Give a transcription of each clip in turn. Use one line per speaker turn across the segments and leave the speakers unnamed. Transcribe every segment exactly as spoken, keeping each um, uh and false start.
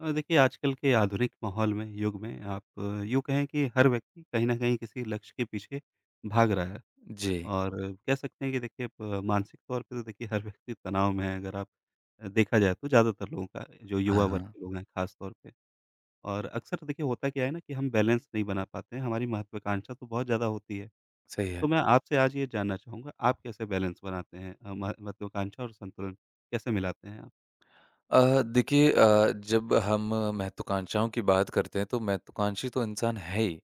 अ, देखिए आजकल के आधुनिक माहौल में, युग में आप अ, यूँ कहें कि हर व्यक्ति कहीं न कहीं किसी लक्ष्य के पीछे भाग रहा है
जी।
और कह सकते हैं कि देखिए प मानसिक तौर पे तो देखिए हर व्यक्ति तनाव में है अगर आप अ, देखा जाए तो ज़्यादातर लोगों का जो
हाँ,
युवा वर्ग
हाँ,
के लोग हैं ख़ास तौर पे। और अक्सर देखिए होता क्या है ना कि हम बैलेंस नहीं बना पाते हैं, हमारी महत्वाकांक्षा तो बहुत ज़्यादा होती है।
सही है।
तो मैं आपसे आज ये जानना चाहूँगा आप कैसे बैलेंस बनाते हैं, अ, मह महत्वाकांक्षा और संतुलन कैसे मिलाते हैं आप?
अ, देखिए अ, जब हम महत्वाकांक्षाओं की बात करते हैं, तो महत्वाकांक्षी तो इंसान है ही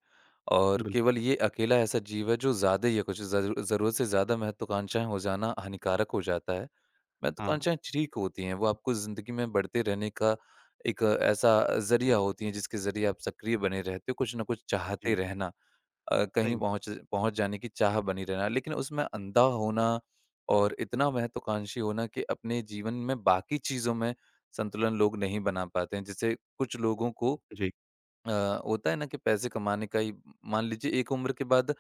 और
बिल
केवल ये अकेला ऐसा जीव है जो ज़्यादा या कुछ ज़रू ज़रूरत से ज़्यादा महत्वाकांक्षाएँ हो जाना हानिकारक हो जाता है।
हाँ, हाँ।
महत्वाकांक्षाएँ ठीक होती हैं, वो आपको ज़िंदगी में बढ़ते रहने का एक अ, ऐसा ज़रिया होती हैं, जिसके ज़रिए आप सक्रिय बने रहते हो, कुछ न कुछ चाहते
जी,
रहना। अ,
सही
कहीं
बात।
पहुँच पहुँच जाने की चाह बनी रहना। लेकिन उसमें अंधा होना और इतना महत्वाकांक्षी होना कि अपने जीवन में बाकी चीज़ों में संतुलन लोग नहीं बना पाते हैं। जैसे कुछ लोगों को
जी।
अ, होता है ना कि पैसे कमाने का ही मान लीजिए एक उम्र के बाद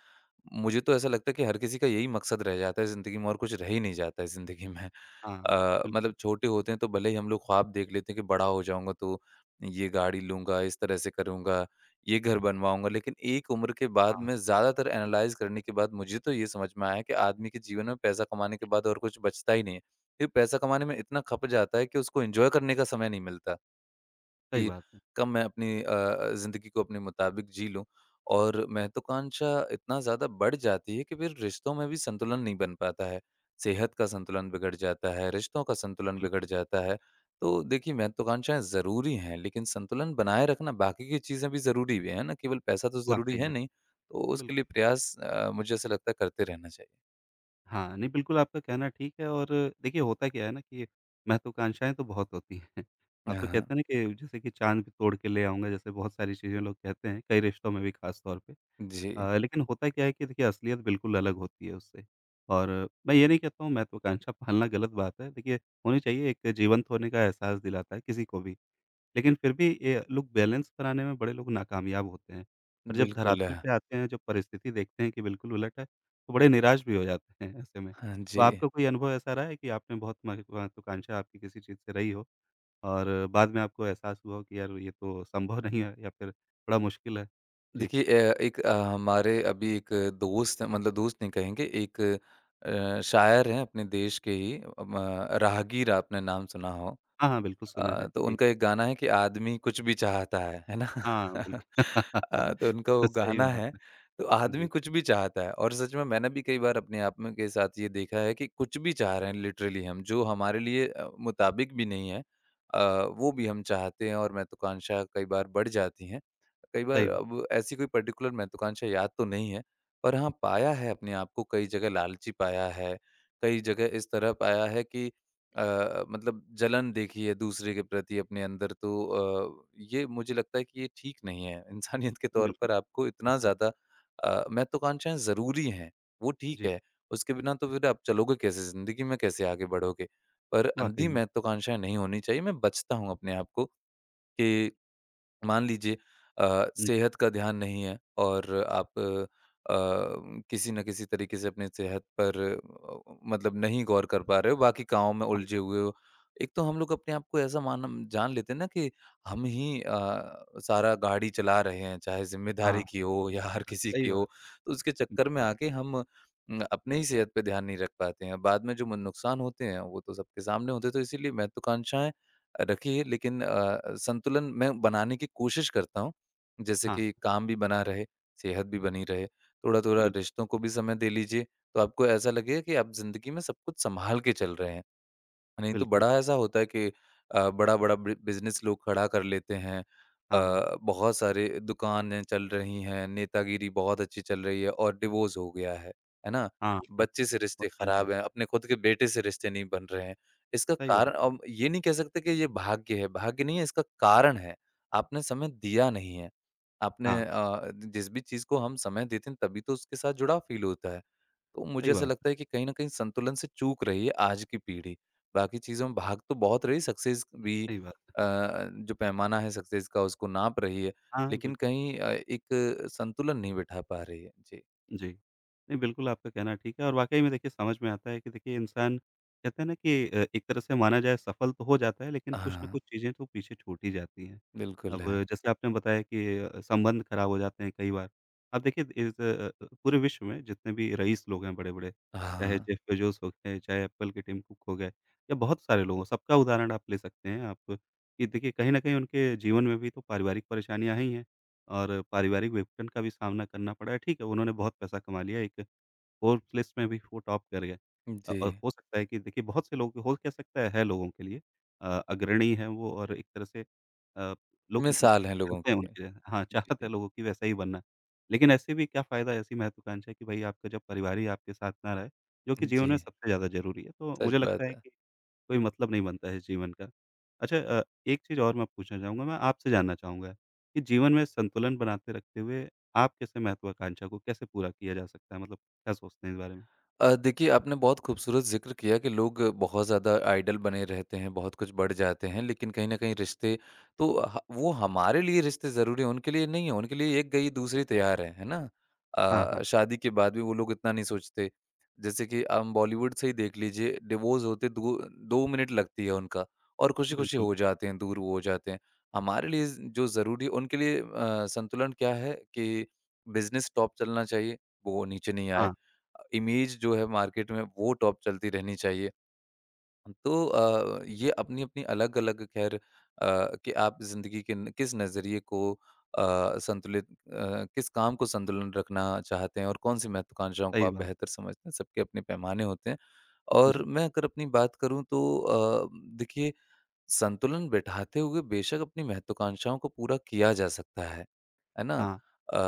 मुझे तो ऐसा लगता है कि हर किसी का यही मकसद रह जाता है ज़िंदगी में और कुछ रह ही नहीं जाता है ज़िंदगी में।
हाँ, हाँ।
अ,
बिल्कुल।
मतलब छोटे होते हैं तो भले ही हम लोग ख्वाब देख लेते हैं कि बड़ा हो जाऊँगा तो ये गाड़ी लूँगा, इस तरह से करूँगा, ये घर बनवाऊँगा। लेकिन एक उम्र के बाद
हाँ,
में ज़्यादातर एनालाइज़ करने के बाद मुझे तो ये समझ में आया कि आदमी के जीवन में पैसा कमाने के बाद और कुछ बचता ही नहीं है। फिर पैसा कमाने में इतना खप जाता है कि उसको एन्जॉय करने का समय नहीं मिलता।
सही
कि
बात है,
कब मैं अपनी अ अ, ज़िंदगी को अपने मुताबिक जी लूँ और महत्वाकांक्षा इतना ज़्यादा बढ़ जाती है कि फिर रिश्तों में भी संतुलन नहीं बन पाता है। सेहत का संतुलन बिगड़ जाता है, रिश्तों का संतुलन बिगड़ जाता है। तो देखिए महत्वाकांक्षाएँ ज़रूरी हैं, लेकिन संतुलन बनाए रखना बाकी की चीज़ें भी ज़रूरी भी है ना, केवल पैसा तो ज़रूरी
वाक़ई
है
में,
नहीं। तो उसके लिए
बिल्कुल।
प्रयास अ, मुझे ऐसा लगता है करते रहना चाहिए।
हाँ, नहीं बिल्कुल आपका कहना ठीक है। और देखिए होता क्या है ना कि महत्वाकांक्षाएँ तो बहुत होती हैं। हाँ, तो
हाँ,
कहते हैं ना कि जैसे कि चाँद भी तोड़ के ले आऊँगा जैसे बहुत सारी चीज़ें लोग कहते हैं, कई रिश्तों में भी ख़ास तौर पे।
जी।
अ, लेकिन होता क्या है कि देखिए असलियत बिल्कुल अलग होती है उससे। और मैं ये नहीं कहता हूँ महत्वाकांक्षा पालना गलत बात है। देखिए होनी चाहिए, एक जीवंत होने का एहसास दिलाता है किसी को भी। लेकिन फिर भी ये लोग बैलेंस बनाने में बड़े लोग नाकामयाब होते हैं और जब
बिल्कुल।
धरातल पे आते हैं, जब परिस्थिति देखते हैं कि बिल्कुल उलट है, तो बड़े निराश भी हो जाते हैं ऐसे में।
हाँ
तो
जी।
आपका कोई अनुभव ऐसा रहा है कि आपने बहुत मह महत्वाकांक्षा आपकी किसी चीज़ से रही हो और बाद में आपको एहसास हुआ हो कि यार ये तो संभव नहीं है या फिर बड़ा मुश्किल है? जी।
देखिए अ, एक अ, हमारे अभी एक दोस्त मतलब दोस्त नहीं कहेंगे एक अ, शायर हैं अपने देश के ही अम, अ, राहगीर आपने नाम सुना हो
हाँ, हाँ, बिल्कुल सुना है।
अ, तो
जी।
उनका एक गाना है कि आदमी कुछ भी चाहता है है ना।
हाँ, बिल्कुल।
अ, तो उनका वो
सही
गाना
बात
है तो
है।
आदमी
जी,
कुछ भी चाहता है और सच में मैंने भी कई बार अपने आप में के साथ ये देखा है कि कुछ भी चाह रहे हैं लिटरली हम जो हमारे लिए अ, मुताबिक भी नहीं है अ, वो भी हम चाहते हैं और महत्वाकांक्षा कई बार बढ़ जाती हैं। कई बार
सही बात।
अब ऐसी कोई पर्टिकुलर महत्वाकांक्षा याद तो नहीं है, पर हाँ, पाया है अपने आप को कई जगह लालची पाया है, कई जगह इस तरह पाया है कि अ, मतलब जलन देखी है दूसरे के प्रति अपने अंदर तो अ, ये मुझे लगता है कि ये ठीक नहीं है। इंसानियत के तौर
बिल्कुल,
पर आपको इतना ज़्यादा अ, महत्वाकांक्षाएँ ज़रूरी हैं, वो ठीक
जी,
है, उसके बिना तो फिर आप चलोगे कैसे? ज़िंदगी में कैसे आगे बढ़ोगे? पर
वाक़ई
अंधी
में।
महत्वाकांक्षाएँ नहीं होनी चाहिए, मैं बचता हूँ अपने आप को कि मान लीजिए अ,
हुँ,
सेहत का ध्यान नहीं है और आप अ, किसी न किसी तरीके से अपनी सेहत पर अ, मतलब नहीं गौर कर पा रहे हो, बाकी कामों में उलझे
हाँ,
हुए हो। एक तो हम लोग अपने आप को ऐसा मान जान लेते हैं ना कि हम ही अ, सारा गाड़ी चला रहे हैं, चाहे
हाँ,
ज़िम्मेदारी की हो या हर किसी की
सही
हो,
बात।
तो उसके चक्कर में
बिल्कुल।
आके हम उम, अपने ही सेहत पे ध्यान नहीं रख पाते हैं। बाद में जो म नुकसान होते हैं, वो तो सबके सामने होते हैं, तो इसीलिए महत्वाकांक्षाएँ रखी है लेकिन अ, संतुलन मैं बनाने की कोशिश करता हूँ। जैसे
हाँ,
कि काम भी बना रहे, सेहत भी बनी रहे, थोड़ा-थोड़ा
बिल्कुल।
रिश्तों को भी समय दे लीजिए, तो आपको ऐसा लगेगा कि आप ज़िंदगी में सब कुछ सँभाल के चल रहे हैं। नहीं तो
बिल्कुल,
बड़ा ऐसा होता है कि अ, बड़ा-बड़ा बि बिज़नेस लोग खड़ा कर लेते हैं।
हाँ।
अ, बहुत सारे दुकानें चल रही हैं, नेतागिरी बहुत अच्छी चल रही है और डिवोर्स हो गया है, है ना?
हाँ, हाँ,
बच्चे से रिश्ते
होता है ये,
खराब हैं, अपने खुद के बेटे से रिश्ते नहीं बन रहे हैं। इसका
सही
कारण
बात है।
अब ये नहीं कह सकते कि ये भाग्य है, भाग्य नहीं है इसका कारण है। आपने समय दिया नहीं है। आपने
हाँ,
अ, जिस भी चीज़ को हम समय देते हैं तभी तो उसके साथ जुड़ाव फ़ील होता है। तो मुझे
सही
ऐसा
बात
लगता है कि कहीं न कहीं संतुलन से चूक रही है आज की पीढ़ी। बाकी चीज़ों में भाग तो बहुत रही, सक्सेस
है,
भी
सही बात
अ,
है।
जो पैमाना है सक्सेस का उसको नाप रही है,
हाँ,
लेकिन
बिल्कुल।
कहीं अ, एक संतुलन नहीं बिठा पा रही है। जी।
जी। नहीं, बिल्कुल आपका कहना ठीक है और वाक़ई में देखिए समझ में आता है कि देखिए इंसान कहते हैं ना कि अ, एक तरह से माना जाए सफल तो हो जाता है लेकिन कुछ न
हाँ,
कुछ चीज़ें तो पीछे छूट ही जाती हैं।
बिल्कुल
अब
है।
जैसे आपने बताया कि अ, संबंध ख़राब हो जाते हैं कई बार। अब देखिए इस अ अ, पूरे विश्व में जितने भी रईस लोग हैं बड़े-बड़े, चाहे
हाँ,
जेफ बेजोस हो गए, चाहे एप्पल के टिम कुक हो गए या बहुत सारे लोग हों, सबका उदाहरण आप ले सकते हैं आप कि देखिए कहीं न कहीं उनके जीवन में भी तो पारिवारिक परेशानियाँ आई हैं। और पारिवारिक विघटन का भी सामना करना पड़ा। है। ठीक है, उन्होंने बहुत पैसा कमा लिया, एक फोर्ब्स लिस्ट में भी वो टॉप कर गए। अ,
जी।
और हो सकता है कि देखिए बहुत से लोग हो कह सकता है, है लोगों के लिए अ, अग्रणी हैं वो और एक तरह से अ, लोग उम,
मिसाल हैं लोगों
चाहते हैं
के। लिए।
उनके। हाँ, चाहत है
जी,
लोगों की वैसा ही बनना। लेकिन ऐसे भी क्या फ़ायदा ऐसी महत्वाकांक्षा कि भई आपका जब परिवार ही आपके साथ ना रहे, जो कि जीवन
जी।
में सबसे ज़्यादा ज़रूरी है। तो
सच
मुझे
बात
लगता है
है।
कि कोई मतलब नहीं बनता है जीवन का। अच्छा अ, एक चीज़ और मैं पूछना चाहूँगा, मैं आपसे जानना चाहूँगा कि जीवन में संतुलन बनाते रखते हुए आप कैसे महत्वाकांक्षा को कैसे पूरा किया जा सकता है? मतलब क्या सोचते हैं इस बारे में?
अ, देखिए आपने बहुत खूबसूरत ज़िक्र किया कि लोग बहुत ज़्यादा आइडल बने रहते हैं, बहुत कुछ बढ़ जाते हैं, लेकिन कहीं न कहीं रिश्ते तो ह वो हमारे लिए रिश्ते ज़रूरी हैं, उनके लिए नहीं हैं, उनके लिए एक गई दूसरी तैयार है, है ना?
हाँ, हाँ,
अ, शादी के बाद भी वो लोग इतना नहीं सोचते। जैसे कि हम बॉलीवुड से ही देख लीजिए, डिवोर्स होते दो 2 मिनट लगती है उनका और खुशी-खुशी
बिल्कुल।
हो जाते हैं, दूर वो हो जाते हैं। हमारे लिए ज़ जो ज़रूरी है उनके लिए अ, संतुलन क्या है कि बिज़नेस टॉप चलना चाहिए, वो नीचे नहीं आए।
हाँ,
इमेज जो है मार्केट में वो टॉप चलती रहनी चाहिए। तो अ, ये अपनी-अपनी अलग-अलग खैर अ, कि आप ज़िंदगी के न किस नज़रिए को अ, संतुलित अ, किस काम को संतुलन रखना चाहते हैं और कौन-सी महत्वाकांक्षाओं को
सही
आप
बात
बेहतर
है।
समझते हैं, सबके अपने पैमाने होते हैं। और
जी,
मैं अगर अपनी बात करूँ तो अ, देखिए संतुलन बिठाते हुए बेशक अपनी महत्वाकांक्षाओं को पूरा किया जा सकता है, है ना?
हाँ,
अ,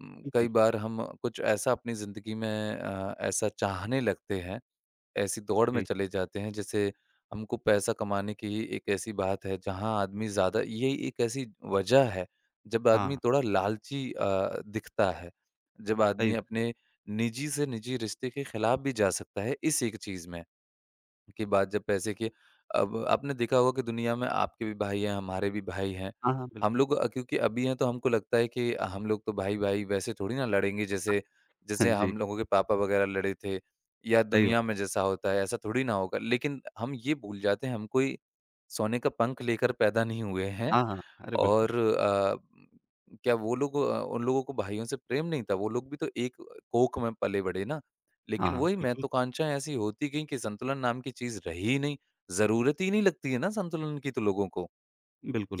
म कई
बिल्कुल,
बार हम कुछ ऐसा अपनी ज़िंदगी में अ, ऐसा चाहने लगते हैं, ऐसी दौड़ में
जी,
चले जाते हैं जैसे हमको पैसा कमाने की ही एक ऐसी बात है जहाँ आदमी ज़्यादा ये एक ऐसी वजह है, जब आदमी
हाँ,
थोड़ा लालची अ, दिखता है, जब
सही
आदमी
बात है।
अपने निजी से निजी रिश्ते के खिलाफ भी जा सकता है इस एक चीज़ में। की बात जब पैसे की अब आपने देखा होगा कि दुनिया में आपके भी भाई हैं, हमारे भी भाई हैं।
हाँ, हाँ,
हम
बिल्कुल।
लोग अ, क्योंकि अभी हैं तो हमको लगता है कि हम लोग तो भाई-भाई वैसे थोड़ी ना लड़ेंगे जैसे
हाँ,
जैसे
जी,
हम लोगों के पापा वगैरह लड़े थे या
सही
दुनिया में
बात है।
जैसा होता है, ऐसा थोड़ी ना होगा। लेकिन हम ये भूल जाते हैं हम कोई सोने का पंख लेकर पैदा नहीं हुए हैं।
हाँ, हाँ, अरे बिल्कुल।
और अ, क्या वो लोग अ, उन लोगों को भाइयों से प्रेम नहीं था, वो लोग भी तो एक कोख में पले-बड़े ना।
हाँ,
लेकिन
हाँ,
वही
बिल्कुल,
महत्वाकांक्षाएँ ऐसी होती गईं कि संतुलन नाम की चीज़ रही ही नहीं, ज़रूरत ही नहीं लगती है ना संतुलन की तो लोगों को।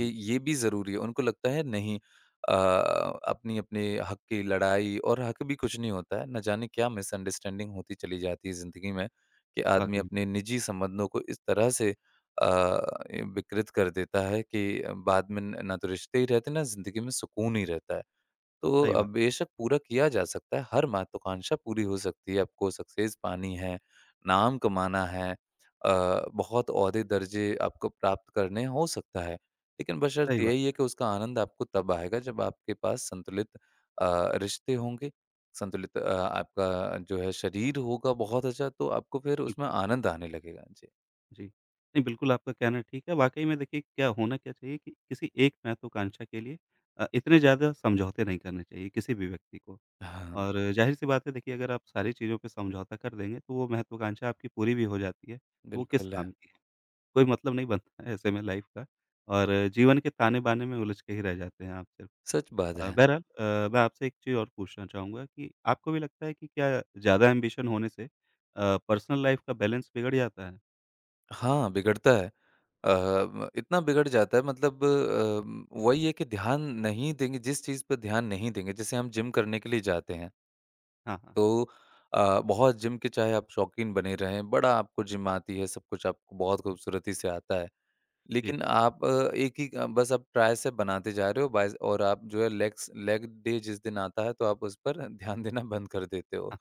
ये ये भी ज़रूरी है। उनको लगता है नहीं अ, अपनी-अपने हक की लड़ाई और हक भी कुछ नहीं होता है। ना जाने क्या मिसअंडरस्टैंडिंग होती चली जाती है ज़िंदगी में कि आदमी
वाक़ई
अपने
में।
निजी संबंधों को इस तरह से अ, विकृत कर देता है कि बाद में न ना तो रिश्ते ही रहते, ना ज़िंदगी में सुकून ही रहता है। तो
सही
अ,
बात,
बेशक पूरा किया जा सकता है, हर महत्वाकांक्षा पूरी हो सकती है। आपको सक्सेस पानी है, नाम कमाना है अ, बहुत ओहदे, दर्जे आपको प्राप्त करने हो सकता है। लेकिन
सही
बशर्ते
बात,
यही है कि उसका आनंद आपको तब आएगा जब आपके पास संतुलित अ, रिश्ते होंगे, संतुलित अ, आपका जो है शरीर होगा बहुत अच्छा, तो आपको फिर उसमें
बिल्कुल।
आनंद आने लगेगा। जी।
जी। नहीं, बिल्कुल आपका कहना ठीक है। वाक़ई में देखिए क्या होना क्या चाहिए कि किसी एक महत्वाकांक्षा के लिए अ, इतने ज़्यादा समझौते नहीं करने चाहिए किसी भी व्यक्ति को।
हाँ,
और ज़ाहिर-सी बात है देखिए अगर आप सारी चीज़ों पे समझौता कर देंगे तो वो महत्वाकांक्षा आपकी पूरी भी हो जाती है, तो वो किस
बिल्कुल,
काम की है? कोई मतलब नहीं बनता है ऐसे में लाइफ़ का और जीवन के ताने-बाने में उलझ के ही रह जाते हैं आप सिर्फ़।
सच बात
अ,
है।
बहरहाल, अ, मैं आपसे एक चीज़ और पूछना चाहूँगा कि आपको भी लगता है कि क्या ज़्यादा एम्बिशन होने से अ, पर्सनल लाइफ़ का बैलेंस बिगड़ जाता है?
हाँ, बिगड़ता है। अ, म इतना बिगड़ जाता है मतलब अ, वही है कि ध्यान नहीं देंगे जिस चीज़ पे ध्यान नहीं देंगे, जैसे हम जिम करने के लिए जाते हैं,
हाँ, हाँ।
तो अ, बहुत जिम के चाहे आप शौकीन बने रहें, बड़ा आपको जिम आती है, सब कुछ आपको बहुत खूबसूरती से आता है।
जी।
लेकिन आप अ, एक ही अ, बस आप ट्राइसेप बनाते जा रहे हो बाइस और आप जो है लेग्स लेग डे जिस दिन आता है तो आप उस पर ध्यान देना बंद कर देते हो।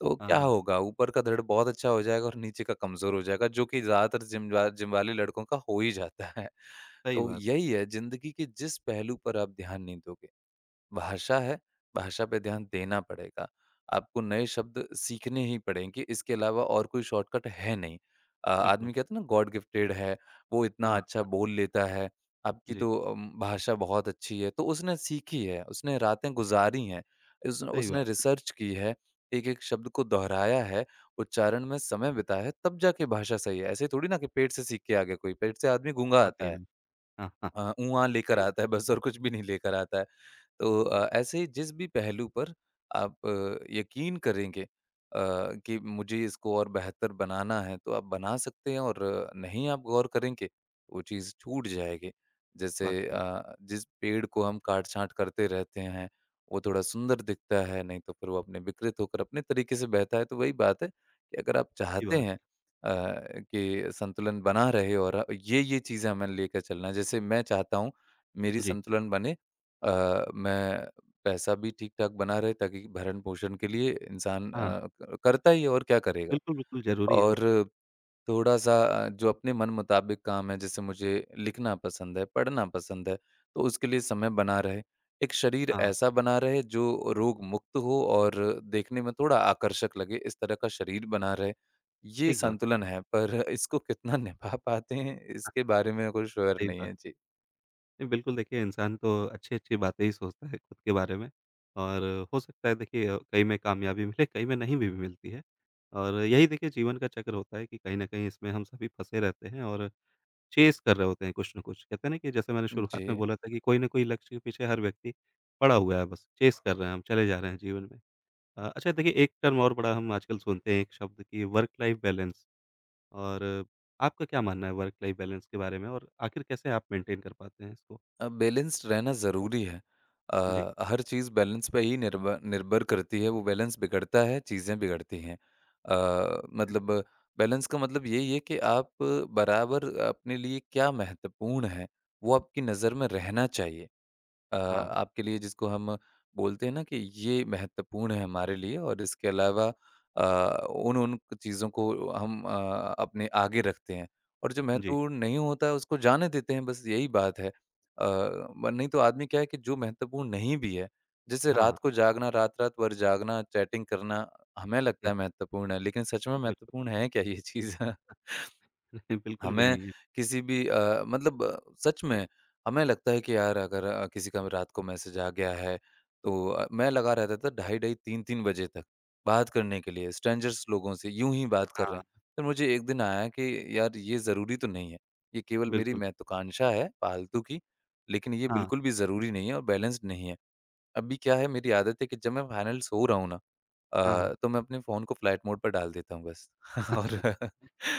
तो क्या
हाँ,
होगा ऊपर का दृढ़ बहुत अच्छा हो जाएगा और नीचे का कमज़ोर हो जाएगा जो कि ज़्यादातर जिम वा जिम वाले लड़कों का हो ही जाता है।
सही
तो
बात,
यही है ज़िंदगी के जिस पहलू पर आप ध्यान नहीं दोगे भाषा है, भाषा पे ध्यान देना पड़ेगा। आपको नए शब्द सीखने ही पड़ेंगे, इसके अलावा और कोई शॉर्टकट है नहीं। अ,
बिल्कुल।
आदमी कहते हैं ना गॉड गिफ्टेड है, वो इतना
हाँ,
अच्छा बोल लेता है, आपकी
जी,
तो अम, भाषा बहुत अच्छी है, तो उसने सीखी है, उसने रातें गुज़ारी हैं, उस
सही
उसने
बात है,
रिसर्च की है, एक-एक शब्द को दोहराया है, उच्चारण में समय बिताया है, तब जाके भाषा सही है। ऐसे थोड़ी ना कि पेट से सीख के आ गया कोई, पेट से आदमी गूँगा आता
वाक़ई
है।
में। हाँ, हाँ,
अ, ऊँआ लेकर
सही
आता है
बात,
बस और कुछ भी नहीं लेकर आता है। तो
है जी,
अ, ऐसे जिस भी पहलू पर आप अ, यकीन करेंगे अ, कि मुझे इसको और बेहतर बनाना है तो आप बना सकते हैं और नहीं आप गौर करेंगे वो चीज़ छूट जाएगी। जैसे
वाक़ई में,
अ, जिस पेड़ को हम काट-छाँट करते रहते हैं, वो थोड़ा सुंदर दिखता है, नहीं तो फिर वो अपने विकृत होकर अपने तरीके से बहता है। तो वही बात है कि अगर आप
सही
चाहते
बात,
हैं अ, कि संतुलन बना रहे और ये-ये चीज़ें हमें लेकर चलना है। जैसे मैं चाहता हूँ मेरी
जी।
संतुलन बने अ, मैं पैसा भी ठीक-ठाक बना रहे ताकि भरण-पोषण के लिए इंसान
हाँ,
अ, क करता ही है और क्या करेगा?
बिल्कुल, बिल्कुल ज़रूरी है वो तो।
और थोड़ा-सा अ, जो अपने मन मुताबिक काम है जैसे मुझे लिखना पसंद है, पढ़ना पसंद है, तो उसके लिए समय बना रहे। एक शरीर
हाँ,
ऐसा बना रहे जो रोग मुक्त हो और देखने में थोड़ा आकर्षक लगे, इस तरह का शरीर बना रहे। ये
ठीक बात,
संतुलन है पर इसको कितना निभा पाते हैं
हाँ,
इसके
हाँ,
बारे में कोई श्योर
सही
नहीं
बात।
है। जी।
नहीं, बिल्कुल देखिए इंसान तो अच्छी-अच्छी बातें ही सोचता है खुद के बारे में और हो सकता है देखिए कहीं में कामयाबी मिले, कहीं में नहीं भी मिलती है और यही देखिए जीवन का चक्र होता है कि कहीं न कहीं इसमें हम सभी फँसे रहते हैं और चेज़ कर रहे होते हैं कुछ ना कुछ। कहते हैं ना कि जैसे मैंने शुरुआत में
जी।
बोला था कि कोई ना कोई लक्ष्य के पीछे हर व्यक्ति पड़ा हुआ है बस, चेज़ कर रहे हैं हम, चले जा रहे हैं जीवन में। अ, अच्छा देखिए एक टर्म और बड़ा हम आजकल सुनते हैं एक शब्द कि वर्क लाइफ़ बैलेंस। और आपका क्या मानना है वर्क लाइफ़ बैलेंस के बारे में और आखिर कैसे आप मेंटेन कर पाते हैं इसको?
अ, बैलेंस्ड रहना ज़रूरी है।
जी।
अ, हर चीज़ बैलेंस पे ही निर्भर निर्भर करती है, वो बैलेंस बिगड़ता है, चीज़ें बिगड़ती हैं। अ, मतलब बैलेंस का मतलब यही है कि आप बराबर अपने लिए क्या महत्वपूर्ण है, वो आपकी नज़र में रहना चाहिए। अ,
हाँ।
आपके लिए जिसको हम बोलते हैं ना कि ये महत्वपूर्ण है हमारे लिए और इसके अलावा अ, उन उन चीज़ों को हम अ, अपने आगे रखते हैं और जो
जी।
महत्वपूर्ण नहीं होता है उसको जाने देते हैं बस यही बात है। अ, ब नहीं तो आदमी क्या है कि जो महत्वपूर्ण नहीं भी है, जैसे
हाँ,
रात
हाँ।
को जागना, रात-रात भर जागना, चैटिंग करना हमें लगता
हाँ,
है महत्वपूर्ण है, लेकिन सच में
बिल्कुल।
महत्वपूर्ण है क्या ये चीज़?
नहीं, बिल्कुल भी
हमें
नहीं है।
किसी भी अ, मतलब अ, सच में हमें लगता है कि यार अगर अ, किसी का रात को मैसेज आ गया है तो अ, मैं लगा रहता था ढाई ढाई तीन तीन बजे तक बात करने के लिए स्ट्रेंजर्स लोगों से यूं ही बात कर रहे
हाँ,
हैं तो मुझे एक दिन आया कि यार ये ज़रूरी तो नहीं है, ये केवल मेरी
बिल्कुल।
महत्वाकांक्षा है फालतू की, लेकिन ये
हाँ, हाँ।
बिल्कुल भी ज़रूरी नहीं है और बैलेंस्ड नहीं है। अभी क्या है, मेरी आदत है कि जब मैं फाइनल सो रहा हूँ ना,
हाँ,
अ, तो मैं अपने फ़ोन को फ्लाइट मोड पर डाल देता हूँ बस।
अच्छा।
और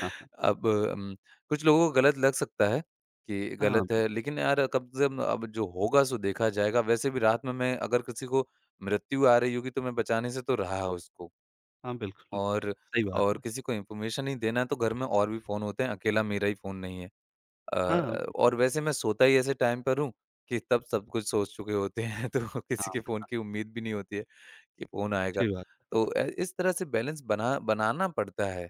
हाँ, हाँ।
अब अम, कुछ लोगों को गलत लग सकता है कि
हाँ,
गलत
बिल
है, लेकिन यार कम से कम अब जो होगा सो देखा जाएगा। वैसे भी रात में मैं अगर किसी को मृत्यु आ रही होगी तो मैं बचाने से तो रहा उसको।
हाँ, बिल्कुल।
और
सही बात
और
है।
किसी को इन्फॉर्मेशन ही देना है तो घर में और भी फ़ोन होते हैं, अकेला मेरा ही फ़ोन नहीं है। अ
हाँ,
अ,
बिल्कुल।
और वैसे मैं सोता ही ऐसे टाइम पर हूँ कि तब सब कुछ सोच चुके होते हैं। तो किसी
हाँ,
के फ़ोन की
हाँ।
उम्मीद भी नहीं होती है कि फ़ोन आएगा।
अच्छी बात है।
तो अ, इस तरह से बैलेंस बना बनाना पड़ता है।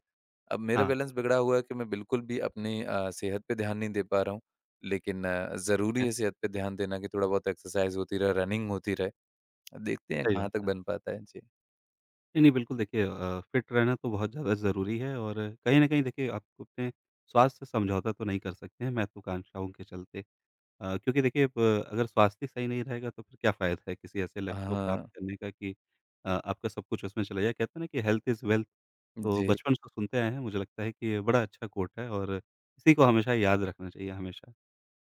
अब मेरा
हाँ, हाँ।
बैलेंस बिगड़ा हुआ है कि मैं बिल्कुल भी अपनी अ, सेहत पे ध्यान नहीं दे पा रहा हूँ। लेकिन अ, ज़रूरी है सेहत पे ध्यान देना कि थोड़ा बहुत एक्सरसाइज़ होती रहे, रनिंग होती रहे। देखते हैं
सही
कहाँ
बात
तक
है।
बन पाता है। जी।
नहीं, नहीं बिल्कुल देखिए, अ, फिट रहना तो बहुत ज़्यादा ज़रूरी है और कहीं न कहीं देखिए आप अपने स्वास्थ्य से समझौता तो नहीं कर सकते हैं महत्वाकांक्षाओं के चलते। अ, क्योंकि देखिए ब अगर स्वास्थ्य ही सही नहीं रहेगा तो फिर क्या फ़ायदा है किसी ऐसे लक्ष्य को प्राप्त
हाँ।
करने का कि अ, आपका सब कुछ उसमें चला जाए। कहते हैं ना कि हेल्थ इज़ वेल्थ। तो
जी।
बचपन से सुनते आए हैं, मुझे लगता है कि ये बड़ा अच्छा कोट है और इसी को हमेशा याद रखना चाहिए हमेशा।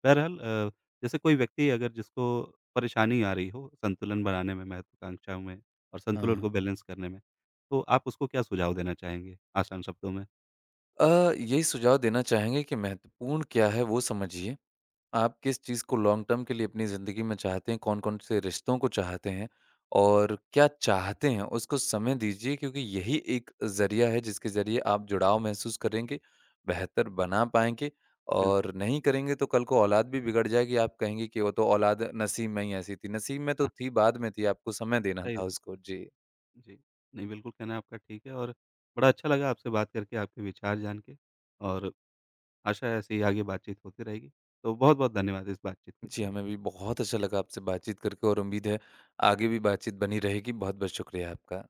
बहरहाल अ, जैसे कोई व्यक्ति अगर जिसको परेशानी आ रही हो संतुलन बनाने में, महत्वाकांक्षाओं में और संतुलन
हाँ।
को बैलेंस करने में, तो आप उसको क्या सुझाव देना चाहेंगे आसान शब्दों में?
अ, यही सुझाव देना चाहेंगे कि महत्वपूर्ण क्या है वो समझिए। आप किस चीज़ को लॉन्ग टर्म के लिए अपनी ज़िंदगी में चाहते हैं? कौन-कौन से रिश्तों को चाहते हैं? और क्या चाहते हैं, उसको समय दीजिए क्योंकि यही एक ज़रिया है जिसके ज़रिए आप जुड़ाव महसूस करेंगे, बेहतर बना पाएँगे
बिल्कुल,
और नहीं करेंगे तो कल को औलाद भी बिगड़ जाएगी। आप कहेंगे कि वो तो औलाद नसीब में ही ऐसी थी। नसीब में तो
हाँ,
थी, बाद में थी, आपको समय देना
सही
था उसको।
बात।
जी।
जी। नहीं, बिल्कुल कहना आपका ठीक है और बड़ा अच्छा लगा आपसे बात करके, आपके विचार जान के और आशा है ऐसे ही आगे बातचीत होती रहेगी। तो बहुत-बहुत धन्यवाद इस बातचीत के
जी,
लिए।
हमें भी बहुत अच्छा लगा आपसे बातचीत करके और उम्मीद है आगे भी बातचीत बनी रहेगी। बहुत-बहुत शुक्रिया आपका।